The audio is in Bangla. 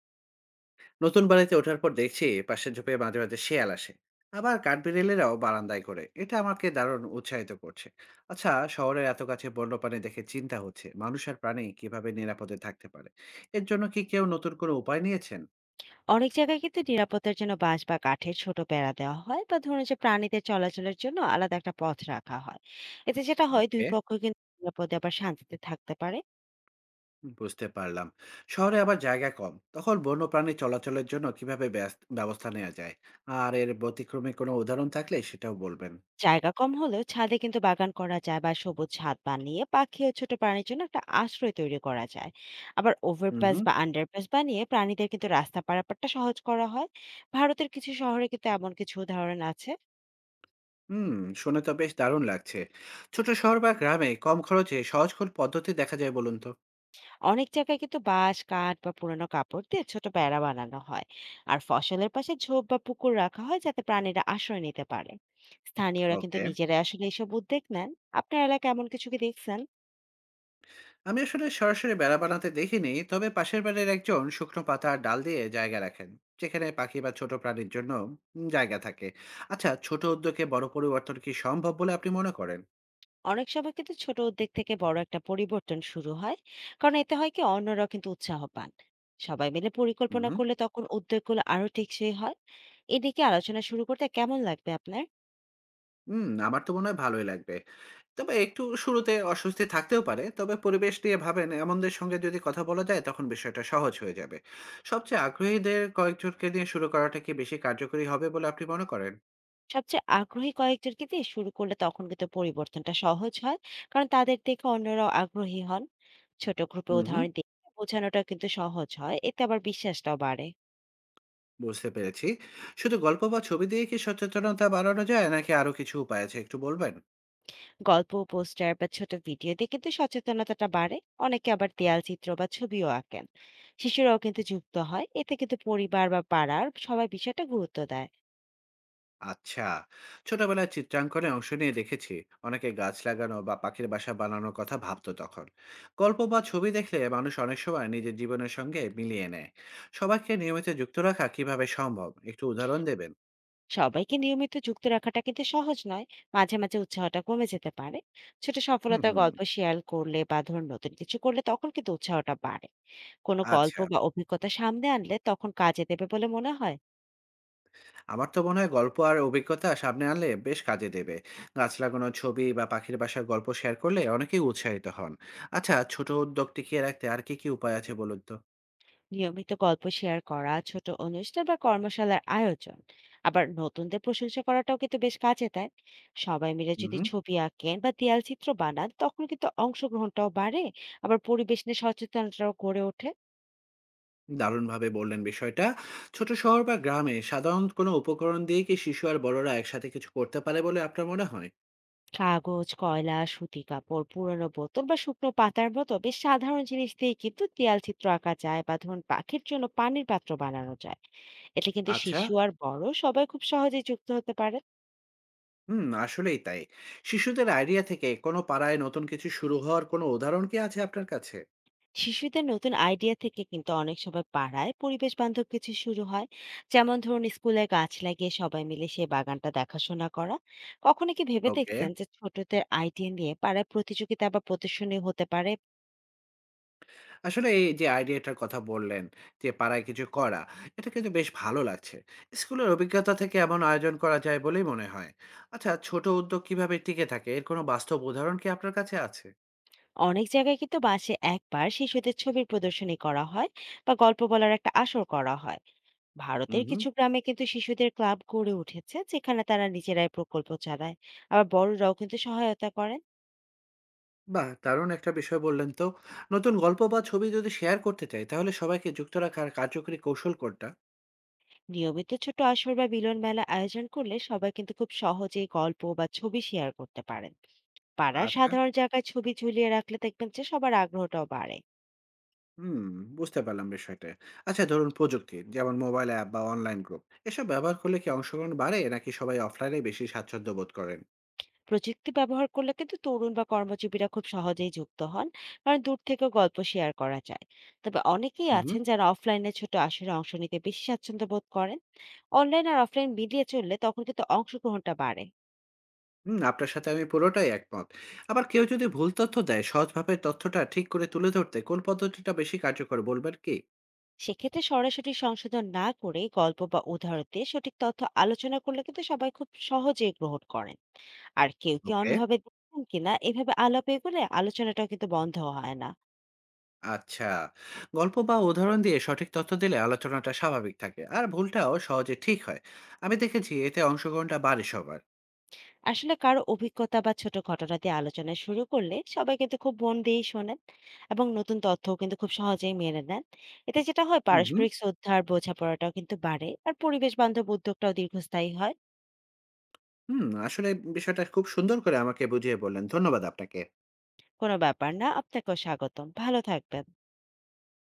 নতুন বাড়িতে ওঠার পর দেখছি পাশের ঝোপে মাঝে মাঝে শেয়াল আসে। আবার কাঠবিড়েলেরাও বারান্দায় করে, এটা আমাকে দারুণ উৎসাহিত করছে। আচ্ছা, শহরের এত কাছে বন্যপ্রাণী দেখে চিন্তা হচ্ছে মানুষ আর প্রাণী কিভাবে নিরাপদে থাকতে পারে। এর জন্য কি কেউ নতুন কোনো উপায় নিয়েছেন? অনেক জায়গায় কিন্তু নিরাপত্তার জন্য বাঁশ বা কাঠের ছোট বেড়া দেওয়া হয়, বা ধরুন যে প্রাণীদের চলাচলের জন্য আলাদা একটা পথ রাখা হয়। এতে যেটা হয়, দুই ওকে, পক্ষ কিন্তু নিরাপদে আবার শান্তিতে থাকতে পারে। বুঝতে পারলাম। শহরে আবার জায়গা কম, তখন বন্যপ্রাণী চলাচলের জন্য কিভাবে ব্যবস্থা নেওয়া যায়? আর এর ব্যতিক্রমে কোনো উদাহরণ থাকলে সেটাও বলবেন। জায়গা কম হলেও ছাদে কিন্তু বাগান করা যায়, বা সবুজ ছাদ বানিয়ে পাখি ও ছোট প্রাণীর জন্য একটা আশ্রয় তৈরি করা যায়। আবার হুম, ওভারপাস হুম। বা আন্ডারপাস বানিয়ে প্রাণীদের কিন্তু রাস্তা পারাপারটা সহজ করা হয়। ভারতের কিছু শহরে কিন্তু এমন কিছু উদাহরণ আছে। হুম, শুনে তো বেশ দারুণ লাগছে। ছোট শহর বা গ্রামে কম খরচে সহজ কোন পদ্ধতি দেখা যায় বলুন তো। অনেক জায়গায় কিন্তু বাঁশ, কাঠ বা পুরানো কাপড় দিয়ে ছোট বেড়া বানানো হয়। আর ফসলের পাশে ঝোপ বা পুকুর রাখা হয়, যাতে প্রাণীরা আশ্রয় নিতে পারে। স্থানীয়রা কিন্তু ওকে, নিজেরাই আসলে এসব উদ্যোগ নেন। আপনার এলাকায় এমন কিছু কি দেখছেন? আমি আসলে সরাসরি বেড়া বানাতে দেখিনি, তবে পাশের বাড়ির একজন শুকনো পাতা আর ডাল দিয়ে জায়গা রাখেন, যেখানে পাখি বা ছোট প্রাণীর জন্য জায়গা থাকে। আচ্ছা, ছোট উদ্যোগে বড় পরিবর্তন কি সম্ভব বলে আপনি মনে করেন? অনেক সময় কিন্তু ছোট উদ্যোগ থেকে বড় একটা পরিবর্তন শুরু হয়। কারণ এতে হয় কি, অন্যরাও কিন্তু উৎসাহ পান। সবাই মিলে পরিকল্পনা হুম করলে তখন উদ্যোগগুলো আরো টেকসই হয়। এদিকে আলোচনা শুরু করতে কেমন লাগবে আপনার? হুম, আমার তো মনে হয় ভালোই লাগবে। তবে একটু শুরুতে অস্বস্তি থাকতেও পারে, তবে পরিবেশ নিয়ে ভাবেন এমনদের সঙ্গে যদি কথা বলা যায় তখন বিষয়টা সহজ হয়ে যাবে। সবচেয়ে আগ্রহীদের কয়েকজনকে নিয়ে শুরু করাটা কি বেশি কার্যকরী হবে বলে আপনি মনে করেন? সবচেয়ে আগ্রহী কয়েকজনকে দিয়ে শুরু করলে তখন কিন্তু পরিবর্তনটা সহজ হয়। কারণ তাদের দেখে অন্যরাও আগ্রহী হন। ছোট গ্রুপে হুম, উদাহরণ দিয়ে বোঝানোটা কিন্তু সহজ হয়, এতে আবার বিশ্বাসটাও বাড়ে। বুঝতে পেরেছি। শুধু গল্প বা ছবি দিয়ে কি সচেতনতা বাড়ানো যায় নাকি আরো কিছু উপায় আছে, একটু বলবেন। গল্প, পোস্টার বা ছোট ভিডিও দিয়ে কিন্তু সচেতনতাটা বাড়ে। অনেকে আবার দেয়াল চিত্র বা ছবিও আঁকেন। শিশুরাও কিন্তু যুক্ত হয়, এতে কিন্তু পরিবার বা পাড়ার সবাই বিষয়টা গুরুত্ব দেয়। আচ্ছা, ছোটবেলায় চিত্রাঙ্কনে অংশ নিয়ে দেখেছি। অনেকে গাছ লাগানো বা পাখির বাসা বানানোর কথা ভাবতো তখন। গল্প বা ছবি দেখলে মানুষ অনেক সময় নিজের জীবনের সঙ্গে মিলিয়ে নেয়। সবাইকে নিয়মিত যুক্ত রাখা কিভাবে সম্ভব, একটু উদাহরণ দেবেন। সবাইকে নিয়মিত যুক্ত রাখাটা কিন্তু সহজ নয়। মাঝে মাঝে উৎসাহটা কমে যেতে পারে। ছোট হুম, সফলতার হুম। গল্প শেয়ার করলে বা ধরুন নতুন কিছু করলে তখন কিন্তু উৎসাহটা বাড়ে। কোনো গল্প আচ্ছা, বা অভিজ্ঞতা সামনে আনলে তখন কাজে দেবে বলে মনে হয়। আমার তো মনে হয় গল্প আর অভিজ্ঞতা সামনে আনলে বেশ কাজে দেবে। গাছ লাগানোর ছবি বা পাখির বাসার গল্প শেয়ার করলে অনেকেই উৎসাহিত হন। আচ্ছা, ছোট উদ্যোগ টিকিয়ে রাখতে আর কি কি উপায় আছে বলুন তো। নিয়মিত গল্প শেয়ার করা, ছোট অনুষ্ঠান বা কর্মশালার আয়োজন, আবার নতুনদের প্রশংসা করাটাও কিন্তু বেশ কাজে দেয়। সবাই মিলে যদি হুম। ছবি আঁকেন বা দেয়াল চিত্র বানান তখন কিন্তু অংশগ্রহণটাও বাড়ে। আবার পরিবেশ নিয়ে সচেতনতাও গড়ে ওঠে। দারুণভাবে বললেন বিষয়টা। ছোট শহর বা গ্রামে সাধারণ কোনো উপকরণ দিয়ে কি শিশু আর বড়রা একসাথে কিছু করতে পারে বলে আপনার মনে হয়? কাগজ, কয়লা, সুতি কাপড়, পুরানো বোতল বা শুকনো পাতার মতো বেশ সাধারণ জিনিস দিয়ে কিন্তু দেয়াল চিত্র আঁকা যায়, বা ধরুন পাখির জন্য পানির পাত্র বানানো যায়। এতে কিন্তু আচ্ছা, শিশু আর বড় সবাই খুব সহজে যুক্ত হতে পারে। হুম, আসলেই তাই। শিশুদের আইডিয়া থেকে কোনো পাড়ায় নতুন কিছু শুরু হওয়ার কোনো উদাহরণ কি আছে আপনার কাছে? শিশুদের নতুন আইডিয়া থেকে কিন্তু অনেক সময় পাড়ায় পরিবেশ বান্ধব কিছু শুরু হয়। যেমন ধরুন, স্কুলে গাছ লাগিয়ে সবাই মিলে সেই বাগানটা দেখাশোনা করা। কখনো কি ভেবে ওকে। দেখছেন যে ছোটদের আইডিয়া নিয়ে পাড়ায় প্রতিযোগিতা বা প্রদর্শনী হতে পারে? আসলে এই যে আইডিয়াটার কথা বললেন, যে পাড়ায় কিছু করা, এটা কিন্তু বেশ ভালো লাগছে। স্কুলের অভিজ্ঞতা থেকে এমন আয়োজন করা যায় বলেই মনে হয়। আচ্ছা, ছোট উদ্যোগ কিভাবে টিকে থাকে এর কোনো বাস্তব উদাহরণ কি আপনার কাছে আছে? অনেক জায়গায় কিন্তু মাসে একবার শিশুদের ছবির প্রদর্শনী করা হয়, বা গল্প বলার একটা আসর করা হয়। হুম, ভারতের হুম। কিছু গ্রামে কিন্তু শিশুদের ক্লাব গড়ে উঠেছে, যেখানে তারা নিজেরাই প্রকল্প চালায়। আবার বড়রাও কিন্তু সহায়তা করেন। বাহ! দারুণ একটা বিষয় বললেন তো। নতুন গল্প বা ছবি যদি শেয়ার করতে চাই, তাহলে সবাইকে যুক্ত রাখার কার্যকরী কৌশল কোনটা? নিয়মিত ছোট আসর বা মিলন মেলা আয়োজন করলে সবাই কিন্তু খুব সহজেই গল্প বা ছবি শেয়ার করতে পারেন। পাড়ার আচ্ছা। সাধারণ জায়গায় ছবি ঝুলিয়ে রাখলে দেখবেন যে সবার আগ্রহটাও বাড়ে। হুম, বুঝতে পারলাম বিষয়টা। আচ্ছা, ধরুন প্রযুক্তি, যেমন মোবাইল অ্যাপ বা অনলাইন গ্রুপ। এসব ব্যবহার করলে কি অংশগ্রহণ বাড়ে নাকি সবাই অফলাইনেই বেশি স্বাচ্ছন্দ্য বোধ করেন? প্রযুক্তি ব্যবহার করলে কিন্তু তরুণ বা কর্মজীবীরা খুব সহজেই যুক্ত হন। কারণ দূর থেকেও গল্প শেয়ার করা যায়। তবে অনেকেই উহু। আছেন যারা অফলাইনে ছোট আসরে অংশ নিতে বেশি স্বাচ্ছন্দ্য বোধ করেন। অনলাইন আর অফলাইন মিলিয়ে চললে তখন কিন্তু অংশগ্রহণটা বাড়ে। হুম, আপনার সাথে আমি পুরোটাই একমত। আবার কেউ যদি ভুল তথ্য দেয়, সহজভাবে তথ্যটা ঠিক করে তুলে ধরতে কোন পদ্ধতিটা বেশি কার্যকর বলবেন কি? সেক্ষেত্রে সরাসরি সংশোধন না করে গল্প বা উদাহরণ দিয়ে সঠিক তথ্য আলোচনা করলে কিন্তু সবাই খুব সহজেই গ্রহণ করেন। আর কেউ কি ওকে। অন্যভাবে দেখেন কিনা, এভাবে আলাপ এগোলে আলোচনাটাও কিন্তু বন্ধ হয় না। আচ্ছা। গল্প বা উদাহরণ দিয়ে সঠিক তথ্য দিলে আলোচনাটা স্বাভাবিক থাকে। আর ভুলটাও সহজে ঠিক হয়। আমি দেখেছি এতে অংশগ্রহণটা বাড়ে সবার। আসলে কারো অভিজ্ঞতা বা ছোট ঘটনা দিয়ে আলোচনা শুরু করলে সবাই কিন্তু খুব মন দিয়েই শোনেন। এবং নতুন তথ্যও কিন্তু খুব সহজেই মেনে নেন। এতে যেটা হয়, হুম, হুম। পারস্পরিক শ্রদ্ধা আর বোঝাপড়াটাও কিন্তু বাড়ে, আর পরিবেশ বান্ধব উদ্যোগটাও দীর্ঘস্থায়ী হয়। হুম, আসলে বিষয়টা খুব সুন্দর করে আমাকে বুঝিয়ে বললেন। ধন্যবাদ আপনাকে। কোনো ব্যাপার না, আপনাকেও স্বাগতম, ভালো থাকবেন।